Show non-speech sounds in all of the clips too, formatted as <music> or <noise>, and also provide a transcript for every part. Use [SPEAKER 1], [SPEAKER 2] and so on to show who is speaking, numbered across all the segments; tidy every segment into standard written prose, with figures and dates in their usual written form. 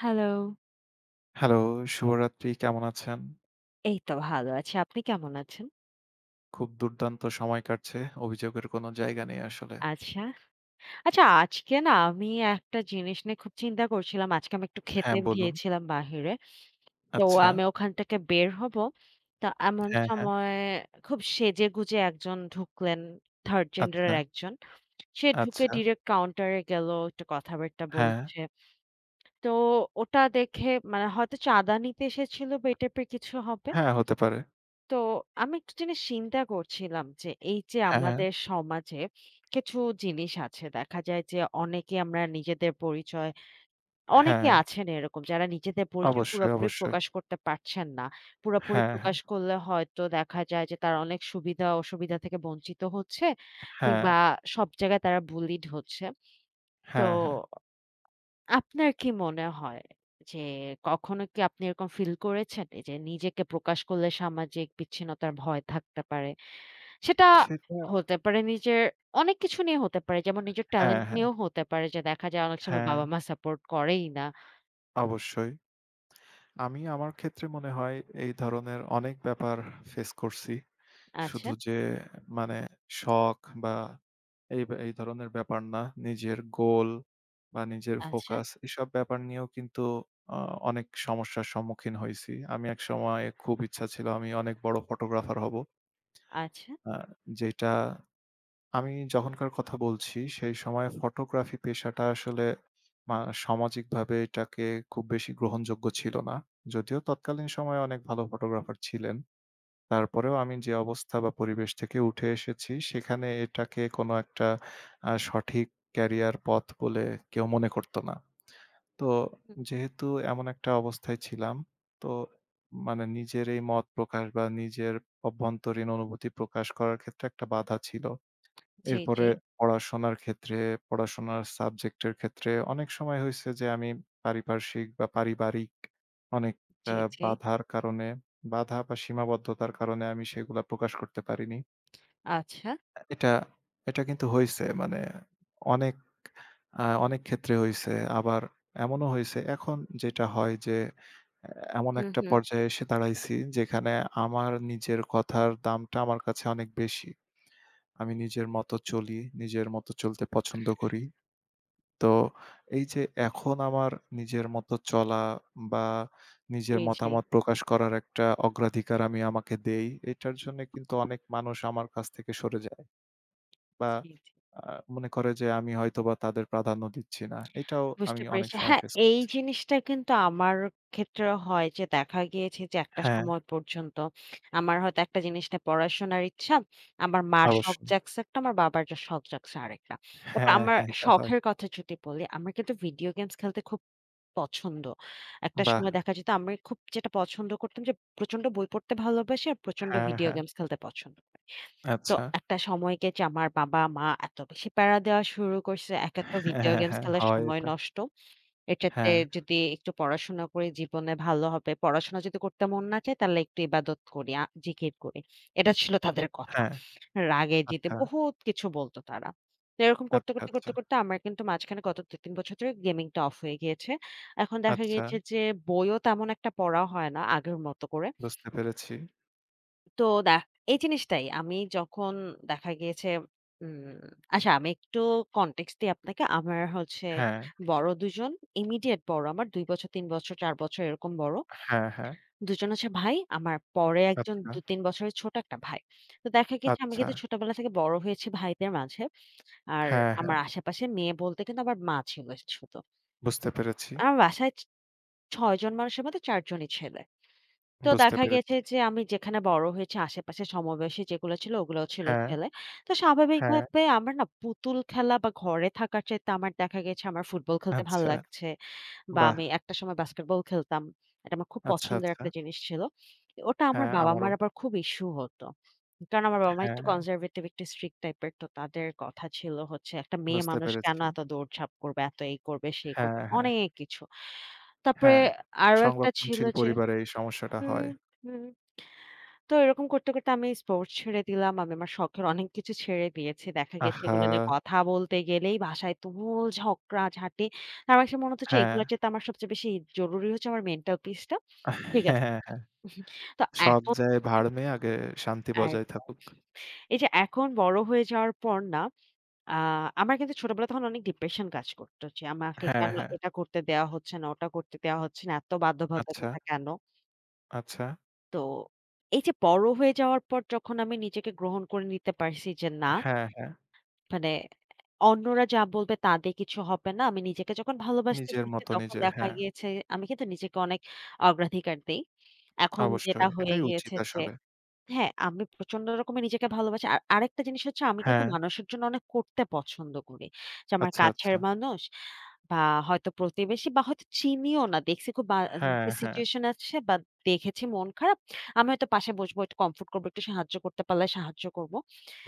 [SPEAKER 1] Hello.
[SPEAKER 2] Hello, শুভরাত্রি। কেমন আছেন?
[SPEAKER 1] এই তো ভালো আছি। আপনি কেমন আছেন?
[SPEAKER 2] খুব দুর্দান্ত সময় কাটছে। অভিযোগের কোনো জায়গা নেই আসলে।
[SPEAKER 1] আচ্ছা। আচ্ছা আজকে না আমি একটা জিনিস নিয়ে খুব চিন্তা করছিলাম। আজকে আমি একটু খেতে
[SPEAKER 2] হ্যাঁ, বলুন।
[SPEAKER 1] গিয়েছিলাম বাহিরে। তো
[SPEAKER 2] আচ্ছা।
[SPEAKER 1] আমি ওখান থেকে বের হব। তা এমন
[SPEAKER 2] হ্যাঁ, হ্যাঁ।
[SPEAKER 1] সময় খুব সেজেগুজে একজন ঢুকলেন, 3rd জেন্ডার
[SPEAKER 2] আচ্ছা,
[SPEAKER 1] এর একজন। সে ঢুকে
[SPEAKER 2] আচ্ছা।
[SPEAKER 1] ডিরেক্ট কাউন্টার এ গেল, একটু কথাবার্তা
[SPEAKER 2] হ্যাঁ,
[SPEAKER 1] বলছে। তো ওটা দেখে মানে হয়তো চাঁদা নিতে এসেছিল বা এই টাইপের কিছু হবে।
[SPEAKER 2] হ্যাঁ হতে পারে।
[SPEAKER 1] তো আমি একটা জিনিস চিন্তা করছিলাম যে এই যে
[SPEAKER 2] হ্যাঁ,
[SPEAKER 1] আমাদের সমাজে কিছু জিনিস আছে দেখা যায় যে অনেকে আমরা নিজেদের পরিচয় অনেকে
[SPEAKER 2] হ্যাঁ।
[SPEAKER 1] আছেন এরকম যারা নিজেদের পরিচয়
[SPEAKER 2] অবশ্যই,
[SPEAKER 1] পুরোপুরি
[SPEAKER 2] অবশ্যই।
[SPEAKER 1] প্রকাশ করতে পারছেন না। পুরোপুরি
[SPEAKER 2] হ্যাঁ, হ্যাঁ,
[SPEAKER 1] প্রকাশ করলে হয়তো দেখা যায় যে তারা অনেক সুবিধা অসুবিধা থেকে বঞ্চিত হচ্ছে
[SPEAKER 2] হ্যাঁ,
[SPEAKER 1] কিংবা সব জায়গায় তারা বুলিড হচ্ছে। তো
[SPEAKER 2] হ্যাঁ, হ্যাঁ।
[SPEAKER 1] আপনার কি মনে হয় যে কখনো কি আপনি এরকম ফিল করেছেন এই যে নিজেকে প্রকাশ করলে সামাজিক বিচ্ছিন্নতার ভয় থাকতে পারে? সেটা
[SPEAKER 2] সেটা
[SPEAKER 1] হতে পারে নিজের অনেক কিছু নিয়ে হতে পারে। যেমন নিজের
[SPEAKER 2] হ্যাঁ,
[SPEAKER 1] ট্যালেন্ট
[SPEAKER 2] হ্যাঁ,
[SPEAKER 1] নিয়েও হতে পারে যে দেখা যায় অনেক সময়
[SPEAKER 2] হ্যাঁ,
[SPEAKER 1] বাবা-মা সাপোর্ট করেই না।
[SPEAKER 2] অবশ্যই। আমি আমার ক্ষেত্রে মনে হয় এই ধরনের অনেক ব্যাপার ফেস করছি।
[SPEAKER 1] আচ্ছা,
[SPEAKER 2] শুধু যে মানে শখ বা এই বা এই ধরনের ব্যাপার না। নিজের গোল বা নিজের
[SPEAKER 1] আচ্ছা,
[SPEAKER 2] ফোকাস এসব ব্যাপার নিয়েও কিন্তু আ অনেক সমস্যার সম্মুখীন হইছি। আমি একসময় খুব ইচ্ছা ছিল আমি অনেক বড় ফটোগ্রাফার হব।
[SPEAKER 1] আচ্ছা।
[SPEAKER 2] আ যেটা আমি যখনকার কথা বলছি সেই সময়ে ফটোগ্রাফি পেশাটা আসলে মা সামাজিকভাবে এটাকে খুব বেশি গ্রহণযোগ্য ছিল না। যদিও তৎকালীন সময়ে অনেক ভালো ফটোগ্রাফার ছিলেন। তারপরেও আমি যে অবস্থা বা পরিবেশ থেকে উঠে এসেছি, সেখানে এটাকে কোনো একটা সঠিক ক্যারিয়ার পথ বলে কেউ মনে করত না। তো
[SPEAKER 1] হুম,
[SPEAKER 2] যেহেতু এমন একটা অবস্থায় ছিলাম, তো মানে নিজের এই মত প্রকাশ বা নিজের অভ্যন্তরীণ অনুভূতি প্রকাশ করার ক্ষেত্রে একটা বাধা ছিল।
[SPEAKER 1] জি, জি,
[SPEAKER 2] এরপরে পড়াশোনার ক্ষেত্রে, পড়াশোনার সাবজেক্টের ক্ষেত্রে অনেক সময় হইছে যে আমি পারিপার্শ্বিক বা পারিবারিক অনেক আ
[SPEAKER 1] জি, জি।
[SPEAKER 2] বাধার কারণে, বাধা বা সীমাবদ্ধতার কারণে আমি সেগুলা প্রকাশ করতে পারিনি।
[SPEAKER 1] আচ্ছা।
[SPEAKER 2] এটা এটা কিন্তু হইছে মানে অনেক অনেক ক্ষেত্রে হইছে। আবার এমনও হইছে এখন যেটা হয় যে এ এমন
[SPEAKER 1] হুম,
[SPEAKER 2] একটা
[SPEAKER 1] হুম।
[SPEAKER 2] পর্যায়ে এসে দাঁড়াইছি যেখানে আমার নিজের কথার দামটা আমার কাছে অনেক বেশি। আমি নিজের মতো চলি, নিজের মতো চলতে পছন্দ করি। তো এই যে এখন আমার নিজের মতো চলা বা নিজের
[SPEAKER 1] জি, জি,
[SPEAKER 2] মতামত প্রকাশ করার একটা অগ্রাধিকার আমি আমাকে দেই, এটার জন্যে কিন্তু অনেক মানুষ আমার কাছ থেকে সরে যায় বা
[SPEAKER 1] জি, জি।
[SPEAKER 2] আ মনে করে যে আমি হয়তোবা তাদের প্রাধান্য দিচ্ছি না। এটাও
[SPEAKER 1] বুঝতে
[SPEAKER 2] আমি অনেক
[SPEAKER 1] পেরেছি।
[SPEAKER 2] সময়
[SPEAKER 1] হ্যাঁ,
[SPEAKER 2] ফেস
[SPEAKER 1] এই
[SPEAKER 2] করেছি।
[SPEAKER 1] জিনিসটা কিন্তু আমার ক্ষেত্রে হয় যে দেখা গিয়েছে যে একটা
[SPEAKER 2] হ্যাঁ,
[SPEAKER 1] সময় পর্যন্ত আমার হয়তো একটা জিনিস নিয়ে পড়াশোনার ইচ্ছা। আমার মার শখ
[SPEAKER 2] অবশ্যই।
[SPEAKER 1] জাগছে একটা, আমার বাবার যা শখ জাগছে আরেকটা। তারপর
[SPEAKER 2] হ্যাঁ,
[SPEAKER 1] আমার
[SPEAKER 2] হ্যাঁ, এটা হয়।
[SPEAKER 1] শখের কথা যদি বলি, আমার কিন্তু ভিডিও গেমস খেলতে খুব পছন্দ। একটা
[SPEAKER 2] বাহ!
[SPEAKER 1] সময় দেখা যেত আমি খুব যেটা পছন্দ করতাম যে প্রচন্ড বই পড়তে ভালোবাসি আর প্রচন্ড
[SPEAKER 2] হ্যাঁ,
[SPEAKER 1] ভিডিও
[SPEAKER 2] হ্যাঁ।
[SPEAKER 1] গেমস খেলতে পছন্দ করি। তো
[SPEAKER 2] আচ্ছা।
[SPEAKER 1] একটা সময় গিয়ে যে আমার বাবা-মা এত বেশি প্যারা দেওয়া শুরু করছে। একে তো
[SPEAKER 2] হ্যাঁ,
[SPEAKER 1] ভিডিও
[SPEAKER 2] হ্যাঁ,
[SPEAKER 1] গেমস
[SPEAKER 2] হ্যাঁ,
[SPEAKER 1] খেলার
[SPEAKER 2] হয়
[SPEAKER 1] সময়
[SPEAKER 2] এটা।
[SPEAKER 1] নষ্ট। এটাতে
[SPEAKER 2] হ্যাঁ,
[SPEAKER 1] যদি একটু পড়াশোনা করি জীবনে ভালো হবে। পড়াশোনা যদি করতে মন না চায় তাহলে একটু ইবাদত করি, জিকির করি। এটা ছিল তাদের কথা।
[SPEAKER 2] হ্যাঁ।
[SPEAKER 1] রাগে জিতে
[SPEAKER 2] আচ্ছা,
[SPEAKER 1] বহুত কিছু বলতো তারা। তো এরকম করতে,
[SPEAKER 2] আচ্ছা,
[SPEAKER 1] করতে,
[SPEAKER 2] আচ্ছা।
[SPEAKER 1] করতে, করতে আমার কিন্তু মাঝখানে গত ২-৩ বছর ধরে গেমিংটা অফ হয়ে গিয়েছে। এখন দেখা
[SPEAKER 2] আচ্ছা,
[SPEAKER 1] গিয়েছে যে বইও তেমন একটা পড়া হয় না আগের মতো করে।
[SPEAKER 2] বুঝতে পেরেছি।
[SPEAKER 1] তো দেখ এই জিনিসটাই আমি যখন দেখা গিয়েছে উম আচ্ছা আমি একটু কনটেক্সট দিই আপনাকে। আমার হচ্ছে
[SPEAKER 2] হ্যাঁ,
[SPEAKER 1] বড় ২ জন, ইমিডিয়েট বড় আমার ২ বছর, ৩ বছর, ৪ বছর এরকম বড়।
[SPEAKER 2] হ্যাঁ, হ্যাঁ।
[SPEAKER 1] ২ জন হচ্ছে ভাই। আমার পরে একজন
[SPEAKER 2] আচ্ছা,
[SPEAKER 1] ২-৩ বছরের ছোট একটা ভাই। তো দেখা গেছে আমি
[SPEAKER 2] আচ্ছা।
[SPEAKER 1] কিন্তু ছোটবেলা থেকে বড় হয়েছি ভাইদের মাঝে। আর
[SPEAKER 2] হ্যাঁ,
[SPEAKER 1] আমার
[SPEAKER 2] হ্যাঁ।
[SPEAKER 1] আশেপাশে মেয়ে বলতে কিন্তু আমার মা ছিল শুধু।
[SPEAKER 2] বুঝতে পেরেছি,
[SPEAKER 1] আমার বাসায় ৬ জন মানুষের মধ্যে ৪ জনই ছেলে। তো
[SPEAKER 2] বুঝতে
[SPEAKER 1] দেখা
[SPEAKER 2] পেরেছি।
[SPEAKER 1] গেছে যে আমি যেখানে বড় হয়েছি আশেপাশে সমবয়সী যেগুলো ছিল ওগুলোও ছিল
[SPEAKER 2] হ্যাঁ,
[SPEAKER 1] ছেলে। তো
[SPEAKER 2] হ্যাঁ।
[SPEAKER 1] স্বাভাবিকভাবে আমার না পুতুল খেলা বা ঘরে থাকার চাইতে আমার দেখা গেছে আমার ফুটবল খেলতে ভাল
[SPEAKER 2] আচ্ছা।
[SPEAKER 1] লাগছে বা
[SPEAKER 2] বাহ!
[SPEAKER 1] আমি একটা সময় বাস্কেটবল খেলতাম। এটা আমার খুব
[SPEAKER 2] আচ্ছা,
[SPEAKER 1] পছন্দের
[SPEAKER 2] আচ্ছা।
[SPEAKER 1] একটা জিনিস ছিল। ওটা আমার
[SPEAKER 2] হ্যাঁ, আমারও।
[SPEAKER 1] বাবা-মার আবার খুব ইস্যু হতো। কারণ আমার বাবা-মা একটু
[SPEAKER 2] হ্যাঁ,
[SPEAKER 1] কনজারভেটিভ একটু স্ট্রিক্ট টাইপের। তো তাদের কথা ছিল হচ্ছে একটা মেয়ে
[SPEAKER 2] বুঝতে
[SPEAKER 1] মানুষ
[SPEAKER 2] পেরেছি।
[SPEAKER 1] কেন এত দৌড়ঝাঁপ করবে, এত এই করবে, সেই করবে,
[SPEAKER 2] হ্যাঁ, হ্যাঁ,
[SPEAKER 1] অনেক কিছু। তারপরে
[SPEAKER 2] হ্যাঁ।
[SPEAKER 1] আরো একটা ছিল
[SPEAKER 2] সংরক্ষণশীল
[SPEAKER 1] যে
[SPEAKER 2] পরিবারে এই সমস্যাটা
[SPEAKER 1] হুম,
[SPEAKER 2] হয়।
[SPEAKER 1] হুম। তো এরকম করতে, করতে আমি স্পোর্টস ছেড়ে দিলাম। আমি আমার শখের অনেক কিছু ছেড়ে দিয়েছি। দেখা গেছে
[SPEAKER 2] আহা!
[SPEAKER 1] এগুলো নিয়ে কথা বলতে গেলেই বাসায় তুমুল ঝগড়াঝাটি। আমার কাছে মনে হচ্ছে যে
[SPEAKER 2] হ্যাঁ,
[SPEAKER 1] এগুলোর
[SPEAKER 2] হ্যাঁ,
[SPEAKER 1] চাইতে আমার সবচেয়ে বেশি জরুরি হচ্ছে আমার মেন্টাল পিসটা। ঠিক আছে।
[SPEAKER 2] হ্যাঁ। হ্যাঁ।
[SPEAKER 1] তো
[SPEAKER 2] সব
[SPEAKER 1] এখন
[SPEAKER 2] যায় ভাড়মে
[SPEAKER 1] <laughs>
[SPEAKER 2] আগে শান্তি বজায়
[SPEAKER 1] একদম।
[SPEAKER 2] থাকুক।
[SPEAKER 1] এই যে এখন বড় হয়ে যাওয়ার পর না আ আমার কিন্তু ছোটবেলায় তখন অনেক ডিপ্রেশন কাজ করত যে আমাকে
[SPEAKER 2] হ্যাঁ,
[SPEAKER 1] কেন
[SPEAKER 2] হ্যাঁ।
[SPEAKER 1] এটা করতে দেয়া হচ্ছে না, ওটা করতে দেয়া হচ্ছে না। এত
[SPEAKER 2] আচ্ছা,
[SPEAKER 1] বাধ্যবাধকতা কেন?
[SPEAKER 2] আচ্ছা।
[SPEAKER 1] তো এই যে বড় হয়ে যাওয়ার পর যখন আমি নিজেকে গ্রহণ করে নিতে পারছি যে না
[SPEAKER 2] হ্যাঁ, হ্যাঁ।
[SPEAKER 1] মানে অন্যরা যা বলবে তা দিয়ে কিছু হবে না। আমি নিজেকে যখন ভালোবাসতে
[SPEAKER 2] নিজের
[SPEAKER 1] শিখছি
[SPEAKER 2] মতো
[SPEAKER 1] তখন
[SPEAKER 2] নিজে।
[SPEAKER 1] দেখা
[SPEAKER 2] হ্যাঁ,
[SPEAKER 1] গিয়েছে আমি কিন্তু নিজেকে অনেক অগ্রাধিকার দেই। এখন যেটা
[SPEAKER 2] অবশ্যই।
[SPEAKER 1] হয়ে
[SPEAKER 2] এটাই উচিত
[SPEAKER 1] গিয়েছে যে
[SPEAKER 2] আসলে।
[SPEAKER 1] হ্যাঁ, আমি প্রচন্ড রকমের নিজেকে ভালোবাসি। আর আরেকটা জিনিস হচ্ছে আমি কিন্তু
[SPEAKER 2] হ্যাঁ,
[SPEAKER 1] মানুষের জন্য অনেক করতে পছন্দ করি। যে আমার
[SPEAKER 2] আচ্ছা,
[SPEAKER 1] কাছের
[SPEAKER 2] আচ্ছা।
[SPEAKER 1] মানুষ বা হয়তো প্রতিবেশী বা হয়তো চিনিও না। দেখছি খুব বা
[SPEAKER 2] হ্যাঁ,
[SPEAKER 1] যে
[SPEAKER 2] হ্যাঁ।
[SPEAKER 1] সিচুয়েশন আছে বা দেখেছি মন খারাপ। আমি হয়তো পাশে বসবো, একটু কমফোর্ট করবো, একটু সাহায্য করতে পারলে সাহায্য করব।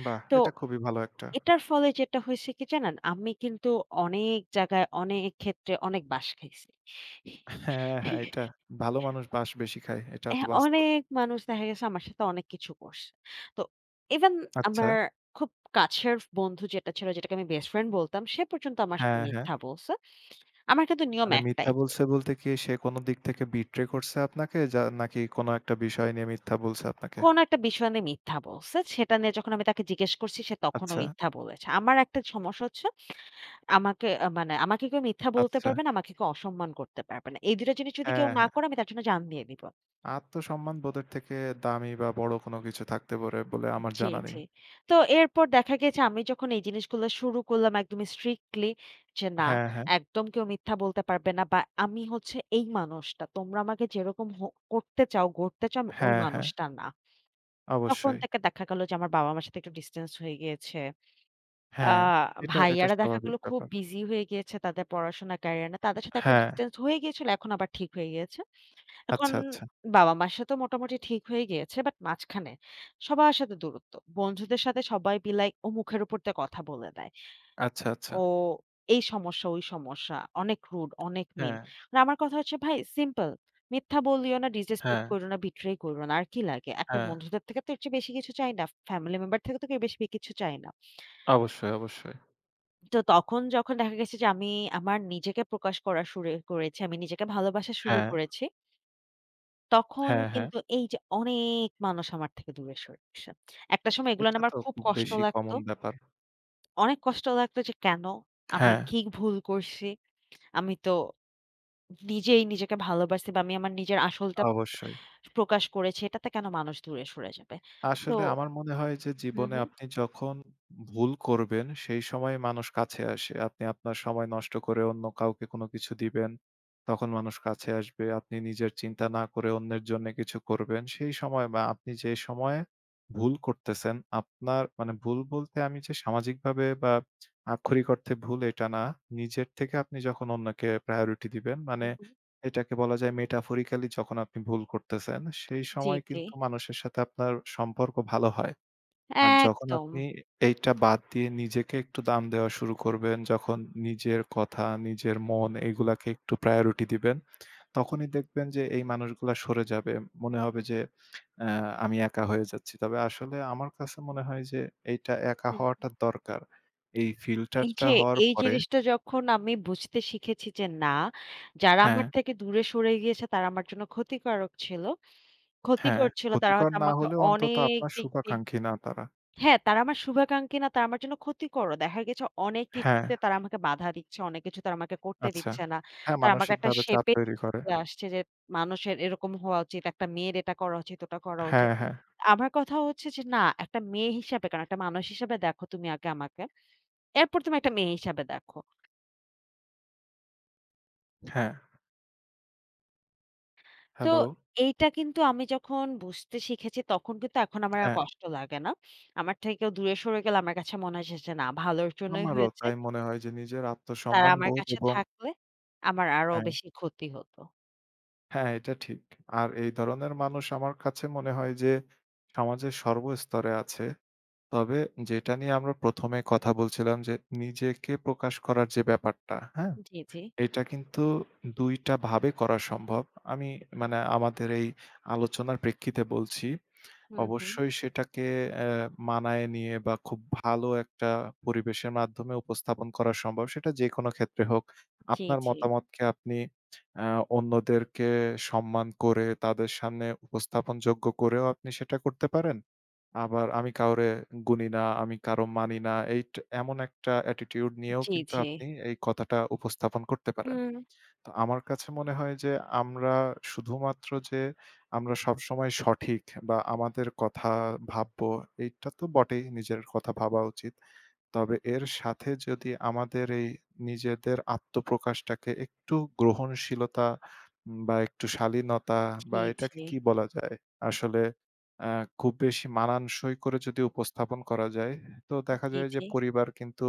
[SPEAKER 2] বাহ!
[SPEAKER 1] তো
[SPEAKER 2] এটা খুবই ভালো একটা
[SPEAKER 1] এটার ফলে যেটা হয়েছে কি জানেন? আমি কিন্তু অনেক জায়গায়, অনেক ক্ষেত্রে অনেক বাঁশ খাইছি।
[SPEAKER 2] হ্যাঁ, হ্যাঁ, এটা ভালো মানুষ বাঁশ বেশি খায়। এটা তো
[SPEAKER 1] হ্যাঁ,
[SPEAKER 2] বাস্তব।
[SPEAKER 1] অনেক মানুষ দেখা গেছে আমার সাথে অনেক কিছু করছে। তো ইভেন
[SPEAKER 2] আচ্ছা।
[SPEAKER 1] আমার খুব কাছের বন্ধু যেটা ছিল, যেটাকে আমি বেস্ট ফ্রেন্ড বলতাম, সে পর্যন্ত আমার সাথে
[SPEAKER 2] হ্যাঁ, হ্যাঁ।
[SPEAKER 1] মিথ্যা বলছে। আমার কিন্তু নিয়ম
[SPEAKER 2] মানে মিথ্যা
[SPEAKER 1] একটাই যে,
[SPEAKER 2] বলছে বলতে কি সে কোন দিক থেকে বিট্রে করছে আপনাকে যা নাকি কোন একটা বিষয় নিয়ে মিথ্যা বলছে আপনাকে?
[SPEAKER 1] কোন একটা বিষয় নিয়ে মিথ্যা বলছে, সেটা নিয়ে যখন আমি তাকে জিজ্ঞেস করছি, সে তখনও
[SPEAKER 2] আচ্ছা,
[SPEAKER 1] মিথ্যা বলেছে। আমার একটা সমস্যা হচ্ছে, আমাকে আ মানে আমাকে কেউ মিথ্যা বলতে
[SPEAKER 2] আচ্ছা।
[SPEAKER 1] পারবে না, আমাকে কেউ অসম্মান করতে পারবে না। এই ২ টা জিনিস যদি কেউ
[SPEAKER 2] হ্যাঁ,
[SPEAKER 1] না
[SPEAKER 2] হ্যাঁ।
[SPEAKER 1] করে, আমি তার জন্য জান দিয়ে দিব।
[SPEAKER 2] আত্মসম্মান বোধের থেকে দামি বা বড় কোন কিছু থাকতে পারে বলে আমার
[SPEAKER 1] জি,
[SPEAKER 2] জানা নেই।
[SPEAKER 1] জি। তো এরপর দেখা গেছে আমি যখন এই জিনিসগুলো শুরু করলাম একদম স্ট্রিক্টলি যে না,
[SPEAKER 2] হ্যাঁ, হ্যাঁ।
[SPEAKER 1] একদম কেউ মিথ্যা বলতে পারবে না বা আমি হচ্ছে এই মানুষটা। তোমরা আমাকে যেরকম করতে চাও, গড়তে চাও আমি ওই
[SPEAKER 2] হ্যাঁ, হ্যাঁ।
[SPEAKER 1] মানুষটা না। তখন
[SPEAKER 2] অবশ্যই।
[SPEAKER 1] থেকে দেখা গেল যে আমার বাবা-মার সাথে একটু ডিসট্যান্স হয়ে গিয়েছে। আ
[SPEAKER 2] হ্যাঁ, এটা এটা
[SPEAKER 1] ভাইয়ারা দেখা
[SPEAKER 2] স্বাভাবিক
[SPEAKER 1] গেল খুব
[SPEAKER 2] ব্যাপার।
[SPEAKER 1] বিজি হয়ে গিয়েছে তাদের পড়াশোনা ক্যারিয়ার নিয়ে। তাদের সাথে একটা
[SPEAKER 2] হ্যাঁ।
[SPEAKER 1] ডিসট্যান্স হয়ে গিয়েছিল। এখন আবার ঠিক হয়ে গিয়েছে। এখন
[SPEAKER 2] আচ্ছা, আচ্ছা।
[SPEAKER 1] বাবা-মার সাথে মোটামুটি ঠিক হয়ে গিয়েছে। বাট মাঝখানে সবার সাথে দূরত্ব। বন্ধুদের সাথে সবাই বিলাই ও মুখের উপর দিয়ে কথা বলে দেয়।
[SPEAKER 2] আচ্ছা, আচ্ছা।
[SPEAKER 1] ও এই সমস্যা, ওই সমস্যা। অনেক রুড, অনেক মিন।
[SPEAKER 2] হ্যাঁ।
[SPEAKER 1] আর আমার কথা হচ্ছে ভাই সিম্পল। মিথ্যা বলিও না, ডিসরেসপেক্ট
[SPEAKER 2] হ্যাঁ,
[SPEAKER 1] কইরো না, বিট্রে কইরো না। আর কি লাগে? একটা
[SPEAKER 2] হ্যাঁ।
[SPEAKER 1] বন্ধুদের থেকে তো এর চেয়ে বেশি কিছু চাই না। ফ্যামিলি মেম্বার থেকে তো কেউ বেশি কিছু চাই না।
[SPEAKER 2] অবশ্যই, অবশ্যই।
[SPEAKER 1] তো তখন যখন দেখা গেছে যে আমি আমার নিজেকে প্রকাশ করা শুরু করেছি, আমি নিজেকে ভালোবাসা শুরু
[SPEAKER 2] হ্যাঁ,
[SPEAKER 1] করেছি। তখন
[SPEAKER 2] হ্যাঁ, হ্যাঁ।
[SPEAKER 1] কিন্তু এই যে অনেক মানুষ আমার থেকে দূরে সরে গেছে। একটা সময় এগুলা
[SPEAKER 2] এটা
[SPEAKER 1] নিয়ে আমার
[SPEAKER 2] তো
[SPEAKER 1] খুব
[SPEAKER 2] খুব
[SPEAKER 1] কষ্ট
[SPEAKER 2] বেশি
[SPEAKER 1] লাগতো।
[SPEAKER 2] কমন ব্যাপার।
[SPEAKER 1] অনেক কষ্ট লাগতো যে কেন? আমি
[SPEAKER 2] হ্যাঁ।
[SPEAKER 1] কি ভুল করছি? আমি তো নিজেই নিজেকে ভালোবাসি বা আমি আমার নিজের আসলটা
[SPEAKER 2] অবশ্যই।
[SPEAKER 1] প্রকাশ করেছি। এটাতে কেন মানুষ দূরে সরে যাবে? তো
[SPEAKER 2] আসলে আমার মনে হয় যে
[SPEAKER 1] হুম,
[SPEAKER 2] জীবনে
[SPEAKER 1] হুম,
[SPEAKER 2] আপনি যখন ভুল করবেন, সেই সময় মানুষ কাছে আসে। আপনি আপনার সময় নষ্ট করে অন্য কাউকে কোনো কিছু দিবেন, তখন মানুষ কাছে আসবে। আপনি নিজের চিন্তা না করে অন্যের জন্যে কিছু করবেন, সেই সময় বা আপনি যে সময়ে ভুল করতেছেন, আপনার মানে ভুল বলতে আমি যে সামাজিকভাবে বা আক্ষরিক অর্থে ভুল এটা না। নিজের থেকে আপনি যখন অন্যকে প্রায়োরিটি দিবেন
[SPEAKER 1] হুম,
[SPEAKER 2] মানে
[SPEAKER 1] হুম।
[SPEAKER 2] এটাকে বলা যায় metaphorically যখন আপনি ভুল করতেছেন, সেই
[SPEAKER 1] জি,
[SPEAKER 2] সময়
[SPEAKER 1] জি।
[SPEAKER 2] কিন্তু মানুষের সাথে আপনার সম্পর্ক ভালো হয়। আর যখন
[SPEAKER 1] একদম।
[SPEAKER 2] আপনি এইটা বাদ দিয়ে নিজেকে একটু দাম দেওয়া শুরু করবেন, যখন নিজের কথা, নিজের মন এগুলাকে একটু priority দিবেন, তখনই দেখবেন যে এই মানুষগুলা সরে যাবে। মনে হবে যে অ্যা আমি একা হয়ে যাচ্ছি। তবে আসলে আমার কাছে মনে হয় যে এইটা একা হওয়াটা
[SPEAKER 1] হুম।
[SPEAKER 2] দরকার। এই
[SPEAKER 1] এই
[SPEAKER 2] ফিল্টারটা
[SPEAKER 1] যে
[SPEAKER 2] হওয়ার
[SPEAKER 1] এই
[SPEAKER 2] পরে
[SPEAKER 1] জিনিসটা যখন আমি বুঝতে শিখেছি যে না, যারা
[SPEAKER 2] হ্যাঁ,
[SPEAKER 1] আমার থেকে দূরে সরে গিয়েছে তারা আমার জন্য ক্ষতিকারক ছিল।
[SPEAKER 2] হ্যাঁ
[SPEAKER 1] ক্ষতিকর ছিল তারা
[SPEAKER 2] ক্ষতিকর
[SPEAKER 1] হয়তো
[SPEAKER 2] না
[SPEAKER 1] আমাকে
[SPEAKER 2] হলেও অন্তত
[SPEAKER 1] অনেক
[SPEAKER 2] আপনার
[SPEAKER 1] দিক দিয়ে
[SPEAKER 2] শুভাকাঙ্ক্ষী না তারা।
[SPEAKER 1] হ্যাঁ, তারা আমার শুভাকাঙ্ক্ষী না, তারা আমার জন্য ক্ষতিকরও। দেখা গেছে অনেক
[SPEAKER 2] হ্যাঁ,
[SPEAKER 1] কিছুতে তারা আমাকে বাধা দিচ্ছে, অনেক কিছু তারা আমাকে করতে
[SPEAKER 2] আচ্ছা।
[SPEAKER 1] দিচ্ছে না।
[SPEAKER 2] হ্যাঁ,
[SPEAKER 1] তারা আমাকে একটা
[SPEAKER 2] মানসিকভাবে চাপ
[SPEAKER 1] শেপে
[SPEAKER 2] তৈরি করে।
[SPEAKER 1] চলে আসছে যে মানুষের এরকম হওয়া উচিত, একটা মেয়ের এটা করা উচিত, ওটা করা উচিত।
[SPEAKER 2] হ্যাঁ, হ্যাঁ,
[SPEAKER 1] আমার কথা হচ্ছে যে না, একটা মেয়ে হিসাবে কেন, একটা মানুষ হিসাবে দেখো তুমি আগে আমাকে। এরপর তুমি একটা মেয়ে হিসাবে দেখো।
[SPEAKER 2] হ্যাঁ।
[SPEAKER 1] তো
[SPEAKER 2] হ্যালো?
[SPEAKER 1] এইটা কিন্তু আমি যখন বুঝতে শিখেছি তখন কিন্তু এখন আমার আর
[SPEAKER 2] হ্যাঁ,
[SPEAKER 1] কষ্ট লাগে না। আমার থেকে কেউ দূরে সরে গেলে আমার কাছে মনে হয়েছে যে না ভালোর জন্যই
[SPEAKER 2] আমারও
[SPEAKER 1] হয়েছে।
[SPEAKER 2] তাই মনে হয় যে নিজের
[SPEAKER 1] তারা
[SPEAKER 2] আত্মসম্মান
[SPEAKER 1] আমার
[SPEAKER 2] বোধ
[SPEAKER 1] কাছে
[SPEAKER 2] এবং
[SPEAKER 1] থাকলে আমার আরো
[SPEAKER 2] হ্যাঁ,
[SPEAKER 1] বেশি ক্ষতি হতো।
[SPEAKER 2] হ্যাঁ, এটা ঠিক। আর এই ধরনের মানুষ আমার কাছে মনে হয় যে সমাজের সর্বস্তরে আছে। তবে যেটা নিয়ে আমরা ১ম এ কথা বলছিলাম যে নিজেকে প্রকাশ করার যে ব্যাপারটা, হ্যাঁ?
[SPEAKER 1] জি, জি।
[SPEAKER 2] এটা কিন্তু ২ টা ভাবে করা সম্ভব। আমি মানে আমাদের এই আলোচনার প্রেক্ষিতে বলছি।
[SPEAKER 1] হুম, হুম।
[SPEAKER 2] অবশ্যই সেটাকে অ্যা মানায় নিয়ে বা খুব ভালো একটা পরিবেশের মাধ্যমে উপস্থাপন করা সম্ভব। সেটা যেকোনো ক্ষেত্রে হোক।
[SPEAKER 1] জি,
[SPEAKER 2] আপনার
[SPEAKER 1] জি।
[SPEAKER 2] মতামতকে আপনি অ্যা অন্যদেরকে সম্মান করে তাদের সামনে উপস্থাপনযোগ্য করেও আপনি সেটা করতে পারেন। আবার আমি কাউরে গুনি না, আমি কারো মানি না এমন একটা attitude নিয়েও
[SPEAKER 1] জি,
[SPEAKER 2] কিন্তু
[SPEAKER 1] জি।
[SPEAKER 2] আপনি এই কথাটা উপস্থাপন করতে পারেন।
[SPEAKER 1] হুম।
[SPEAKER 2] তো আমার কাছে মনে হয় যে আমরা শুধুমাত্র যে আমরা সবসময় সঠিক বা আমাদের কথা ভাববো এইটা তো বটেই নিজের কথা ভাবা উচিত। তবে এর সাথে যদি আমাদের এই নিজেদের আত্মপ্রকাশটাকে একটু গ্রহণশীলতা বা একটু শালীনতা বা
[SPEAKER 1] জি,
[SPEAKER 2] এটাকে
[SPEAKER 1] জি।
[SPEAKER 2] কি বলা যায়? আসলে আ খুব বেশি মানানসই করে যদি উপস্থাপন করা যায়, তো দেখা
[SPEAKER 1] জি,
[SPEAKER 2] যায় যে
[SPEAKER 1] জি।
[SPEAKER 2] পরিবার কিন্তু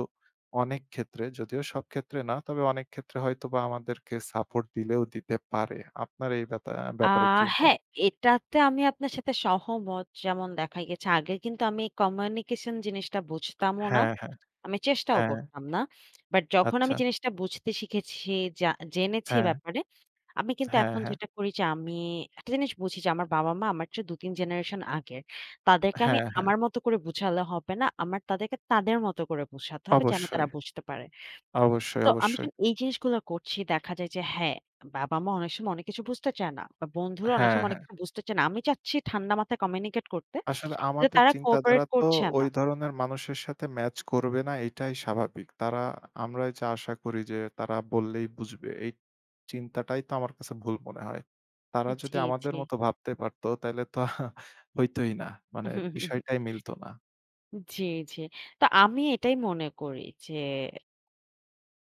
[SPEAKER 2] অনেক ক্ষেত্রে, যদিও সব ক্ষেত্রে না, তবে অনেক ক্ষেত্রে হয়তোবা আমাদেরকে সাপোর্ট দিলেও দিতে পারে। আপনার এই
[SPEAKER 1] আ
[SPEAKER 2] ব্যাপারে কি মত?
[SPEAKER 1] হ্যাঁ, এটাতে আমি আপনার সাথে সহমত। যেমন দেখা গেছে আগে কিন্তু আমি কমিউনিকেশন জিনিসটা বুঝতামও না।
[SPEAKER 2] হ্যাঁ, হ্যাঁ,
[SPEAKER 1] আমি চেষ্টাও
[SPEAKER 2] হ্যাঁ,
[SPEAKER 1] করতাম না। বাট যখন আমি
[SPEAKER 2] আচ্ছা।
[SPEAKER 1] জিনিসটা বুঝতে শিখেছি, জা জেনেছি
[SPEAKER 2] হ্যাঁ,
[SPEAKER 1] ব্যাপারে, আমি কিন্তু
[SPEAKER 2] হ্যাঁ,
[SPEAKER 1] এখন
[SPEAKER 2] হ্যাঁ,
[SPEAKER 1] যেটা করি যে আমি একটা জিনিস বুঝি যে আমার বাবা-মা আমার চেয়ে ২-৩ জেনারেশন আগের। তাদেরকে আমি
[SPEAKER 2] হ্যাঁ, হ্যাঁ।
[SPEAKER 1] আমার মতো করে বুঝালে হবে না। আমার তাদেরকে তাদের মতো করে বুঝাতে হবে যেন
[SPEAKER 2] অবশ্যই,
[SPEAKER 1] তারা বুঝতে পারে।
[SPEAKER 2] অবশ্যই,
[SPEAKER 1] তো আমি
[SPEAKER 2] অবশ্যই।
[SPEAKER 1] যখন এই জিনিসগুলো করছি দেখা যায় যে হ্যাঁ, বাবা-মা অনেক সময় অনেক কিছু বুঝতে চায় না বা বন্ধুরা অনেক
[SPEAKER 2] হ্যাঁ,
[SPEAKER 1] সময় অনেক
[SPEAKER 2] হ্যাঁ।
[SPEAKER 1] কিছু বুঝতে চায় না। আমি চাচ্ছি ঠান্ডা মাথায় কমিউনিকেট করতে।
[SPEAKER 2] আসলে
[SPEAKER 1] কিন্তু
[SPEAKER 2] আমাদের
[SPEAKER 1] তারা
[SPEAKER 2] চিন্তাধারা
[SPEAKER 1] কোঅপারেট
[SPEAKER 2] তো
[SPEAKER 1] করছে
[SPEAKER 2] ওই
[SPEAKER 1] না।
[SPEAKER 2] ধরনের মানুষের সাথে ম্যাচ করবে না এটাই স্বাভাবিক। তারা আমরা যে আশা করি যে তারা বললেই বুঝবে এই চিন্তাটাই তো আমার কাছে ভুল মনে হয়। তারা যদি আমাদের
[SPEAKER 1] জি,
[SPEAKER 2] মতো ভাবতে পারতো তাইলে তো <laughs> হইতই না। মানে
[SPEAKER 1] জি।
[SPEAKER 2] বিষয়টাই মিলতো না।
[SPEAKER 1] জি, জি। তো আমি এটাই মনে করি যে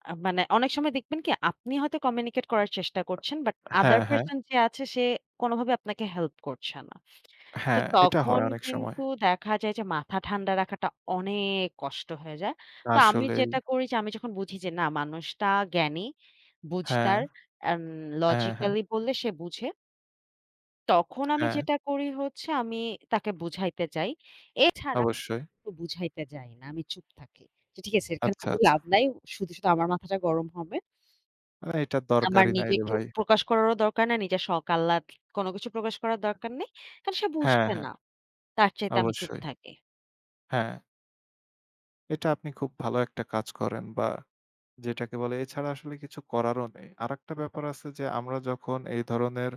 [SPEAKER 1] মানে অনেক সময় দেখবেন কি আপনি হয়তো কমিউনিকেট করার চেষ্টা করছেন বাট আদার
[SPEAKER 2] হ্যাঁ, হ্যাঁ,
[SPEAKER 1] পারসন যে আছে সে কোনোভাবে আপনাকে হেল্প করছে না। তো
[SPEAKER 2] হ্যাঁ, এটা হয়
[SPEAKER 1] তখন
[SPEAKER 2] অনেক সময়।
[SPEAKER 1] কিন্তু দেখা যায় যে মাথা ঠান্ডা রাখাটা অনেক কষ্ট হয়ে যায়। তো আমি
[SPEAKER 2] আসলেই
[SPEAKER 1] যেটা করি যে আমি যখন বুঝি যে না মানুষটা জ্ঞানী,
[SPEAKER 2] হ্যাঁ,
[SPEAKER 1] বুঝতার অ্যান্ড
[SPEAKER 2] হ্যাঁ, হ্যাঁ,
[SPEAKER 1] লজিক্যালি বললে সে বুঝে। তখন আমি
[SPEAKER 2] হ্যাঁ,
[SPEAKER 1] যেটা করি হচ্ছে আমি তাকে বুঝাইতে যাই। এছাড়া
[SPEAKER 2] অবশ্যই।
[SPEAKER 1] তো বুঝাইতে যাই না। আমি চুপ থাকি। যে ঠিক আছে এখানে
[SPEAKER 2] আচ্ছা,
[SPEAKER 1] কোনো
[SPEAKER 2] আচ্ছা।
[SPEAKER 1] লাভ নাই। শুধু, শুধু আমার মাথাটা গরম হবে।
[SPEAKER 2] না এটার
[SPEAKER 1] আমার
[SPEAKER 2] দরকারই নাই রে
[SPEAKER 1] নিজেকে
[SPEAKER 2] ভাই।
[SPEAKER 1] প্রকাশ করারও দরকার নাই, নিজের শখ আহ্লাদ কোনো কিছু প্রকাশ করার দরকার নেই। কারণ সে
[SPEAKER 2] হ্যাঁ,
[SPEAKER 1] বুঝবে
[SPEAKER 2] হ্যাঁ,
[SPEAKER 1] না। তার চাইতে আমি চুপ
[SPEAKER 2] অবশ্যই।
[SPEAKER 1] থাকি।
[SPEAKER 2] হ্যাঁ। এটা আপনি খুব ভালো একটা কাজ করেন বা যেটাকে বলে এছাড়া আসলে কিছু করারও নেই। আরেকটা ব্যাপার আছে যে আমরা যখন এই ধরনের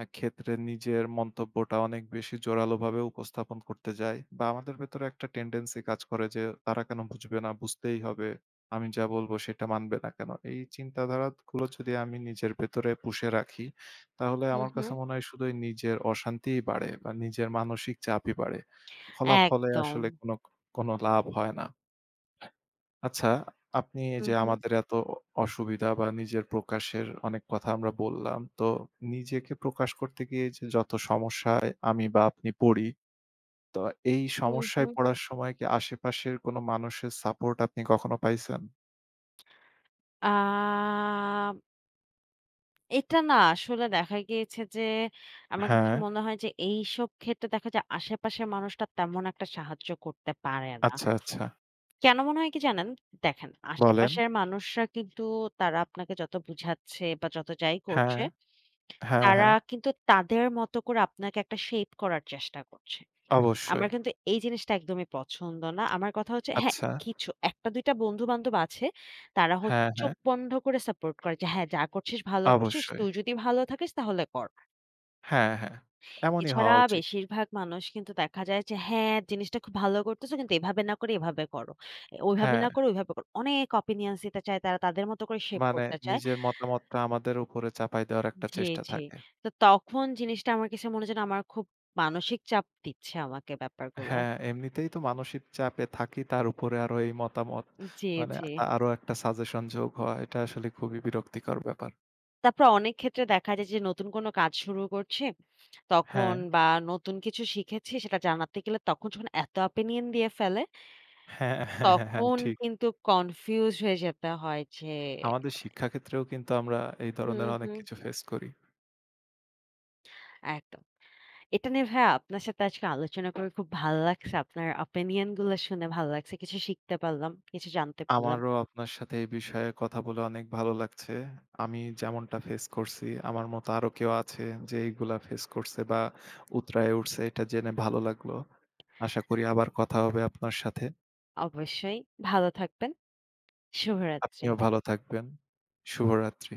[SPEAKER 2] ক্ষেত্রে নিজের মন্তব্যটা অনেক বেশি জোরালোভাবে উপস্থাপন করতে যাই বা আমাদের ভেতরে একটা টেনডেন্সি কাজ করে যে তারা কেন বুঝবে না? বুঝতেই হবে। আমি যা বলব সেটা মানবে না কেন? এই চিন্তাধারাগুলো যদি আমি নিজের ভেতরে পুষে রাখি, তাহলে
[SPEAKER 1] হুম,
[SPEAKER 2] আমার
[SPEAKER 1] হুম।
[SPEAKER 2] কাছে মনে হয় শুধুই নিজের অশান্তিই বাড়ে বা নিজের মানসিক চাপই বাড়ে। ফলাফলে
[SPEAKER 1] একদম।
[SPEAKER 2] আসলে কোনো, কোনো লাভ হয় না। আচ্ছা, আপনি এই
[SPEAKER 1] হুম,
[SPEAKER 2] যে
[SPEAKER 1] হুম,
[SPEAKER 2] আমাদের এত অসুবিধা বা নিজের প্রকাশের অনেক কথা আমরা বললাম। তো নিজেকে প্রকাশ করতে গিয়ে যে যত সমস্যায় আমি বা আপনি পড়ি, তো এই
[SPEAKER 1] হুম,
[SPEAKER 2] সমস্যায়
[SPEAKER 1] হুম।
[SPEAKER 2] পড়ার সময় কি আশেপাশের কোনো মানুষের সাপোর্ট আপনি কখনো পাইছেন?
[SPEAKER 1] আ এটা না আসলে দেখা গিয়েছে যে আমার কিছু
[SPEAKER 2] হ্যাঁ,
[SPEAKER 1] মনে হয় যে এইসব ক্ষেত্রে দেখা যায় আশেপাশের মানুষটা তেমন একটা সাহায্য করতে পারে না।
[SPEAKER 2] আচ্ছা, আচ্ছা।
[SPEAKER 1] কেন মনে হয় কি জানেন? দেখেন
[SPEAKER 2] বলেন।
[SPEAKER 1] আশেপাশের মানুষরা কিন্তু তারা আপনাকে যত বুঝাচ্ছে বা যত যাই
[SPEAKER 2] হ্যাঁ,
[SPEAKER 1] করছে,
[SPEAKER 2] হ্যাঁ,
[SPEAKER 1] তারা
[SPEAKER 2] হ্যাঁ।
[SPEAKER 1] কিন্তু তাদের মতো করে আপনাকে একটা শেপ করার চেষ্টা করছে।
[SPEAKER 2] অবশ্যই।
[SPEAKER 1] আমার কিন্তু এই জিনিসটা একদমই পছন্দ না। আমার কথা হচ্ছে হ্যাঁ,
[SPEAKER 2] আচ্ছা।
[SPEAKER 1] কিছু ১ টা ২ টা বন্ধু-বান্ধব আছে। তারা হচ্ছে
[SPEAKER 2] হ্যাঁ,
[SPEAKER 1] চোখ
[SPEAKER 2] হ্যাঁ।
[SPEAKER 1] বন্ধ করে সাপোর্ট করে যে, "হ্যাঁ, যা করছিস ভালো করছিস।
[SPEAKER 2] অবশ্যই।
[SPEAKER 1] তুই যদি ভালো থাকিস তাহলে কর।"
[SPEAKER 2] হ্যাঁ, হ্যাঁ। এমনই
[SPEAKER 1] এছাড়া
[SPEAKER 2] হওয়া উচিত।
[SPEAKER 1] বেশিরভাগ মানুষ কিন্তু দেখা যায় যে, "হ্যাঁ, জিনিসটা খুব ভালো করতেছো কিন্তু এভাবে না করে এভাবে করো। ওইভাবে
[SPEAKER 2] হ্যাঁ,
[SPEAKER 1] না করে ওইভাবে করো।" অনেক opinions দিতে চায় তারা তাদের মতো করে শেপ
[SPEAKER 2] মানে
[SPEAKER 1] করতে চায়।
[SPEAKER 2] নিজের মতামতটা আমাদের উপরে চাপাই দেওয়ার একটা
[SPEAKER 1] জি,
[SPEAKER 2] চেষ্টা
[SPEAKER 1] জি।
[SPEAKER 2] থাকে।
[SPEAKER 1] তো তখন জিনিসটা আমার কাছে মনে হয় যেন আমার খুব মানসিক চাপ দিচ্ছে আমাকে ব্যাপারগুলা।
[SPEAKER 2] হ্যাঁ, এমনিতেই তো মানসিক চাপে থাকি তার উপরে আরো এই মতামত।
[SPEAKER 1] জি,
[SPEAKER 2] মানে
[SPEAKER 1] জি।
[SPEAKER 2] আরো একটা সাজেশন যোগ হওয়া এটা আসলে খুবই বিরক্তিকর ব্যাপার।
[SPEAKER 1] তারপর অনেক ক্ষেত্রে দেখা যায় যে নতুন কোনো কাজ শুরু করছি, তখন
[SPEAKER 2] হ্যাঁ,
[SPEAKER 1] বা নতুন কিছু শিখেছি সেটা জানাতে গেলে তখন যখন এত opinion দিয়ে ফেলে,
[SPEAKER 2] হ্যাঁ, হ্যাঁ, হ্যাঁ, হ্যাঁ,
[SPEAKER 1] তখন
[SPEAKER 2] ঠিক।
[SPEAKER 1] কিন্তু confused হয়ে যেতে হয় যে
[SPEAKER 2] আমাদের শিক্ষাক্ষেত্রেও কিন্তু আমরা এই
[SPEAKER 1] হুম,
[SPEAKER 2] ধরনের অনেক
[SPEAKER 1] হুম।
[SPEAKER 2] কিছু ফেস করি।
[SPEAKER 1] একদম। এটা নিয়ে ভাইয়া আপনার সাথে আজকে আলোচনা করে খুব ভালো লাগছে। আপনার opinion গুলা শুনে ভালো লাগছে। কিছু শিখতে পারলাম, কিছু জানতে পারলাম।
[SPEAKER 2] আমারও আপনার সাথে এই বিষয়ে কথা বলে অনেক ভালো লাগছে। আমি যেমনটা ফেস করছি আমার মতো আরো কেউ আছে যে এইগুলা ফেস করছে বা উতরায়ে উঠছে এটা জেনে ভালো লাগলো। আশা করি আবার কথা হবে আপনার সাথে।
[SPEAKER 1] অবশ্যই ভালো থাকবেন। শুভরাত্রি।
[SPEAKER 2] আপনিও ভালো থাকবেন। শুভরাত্রি।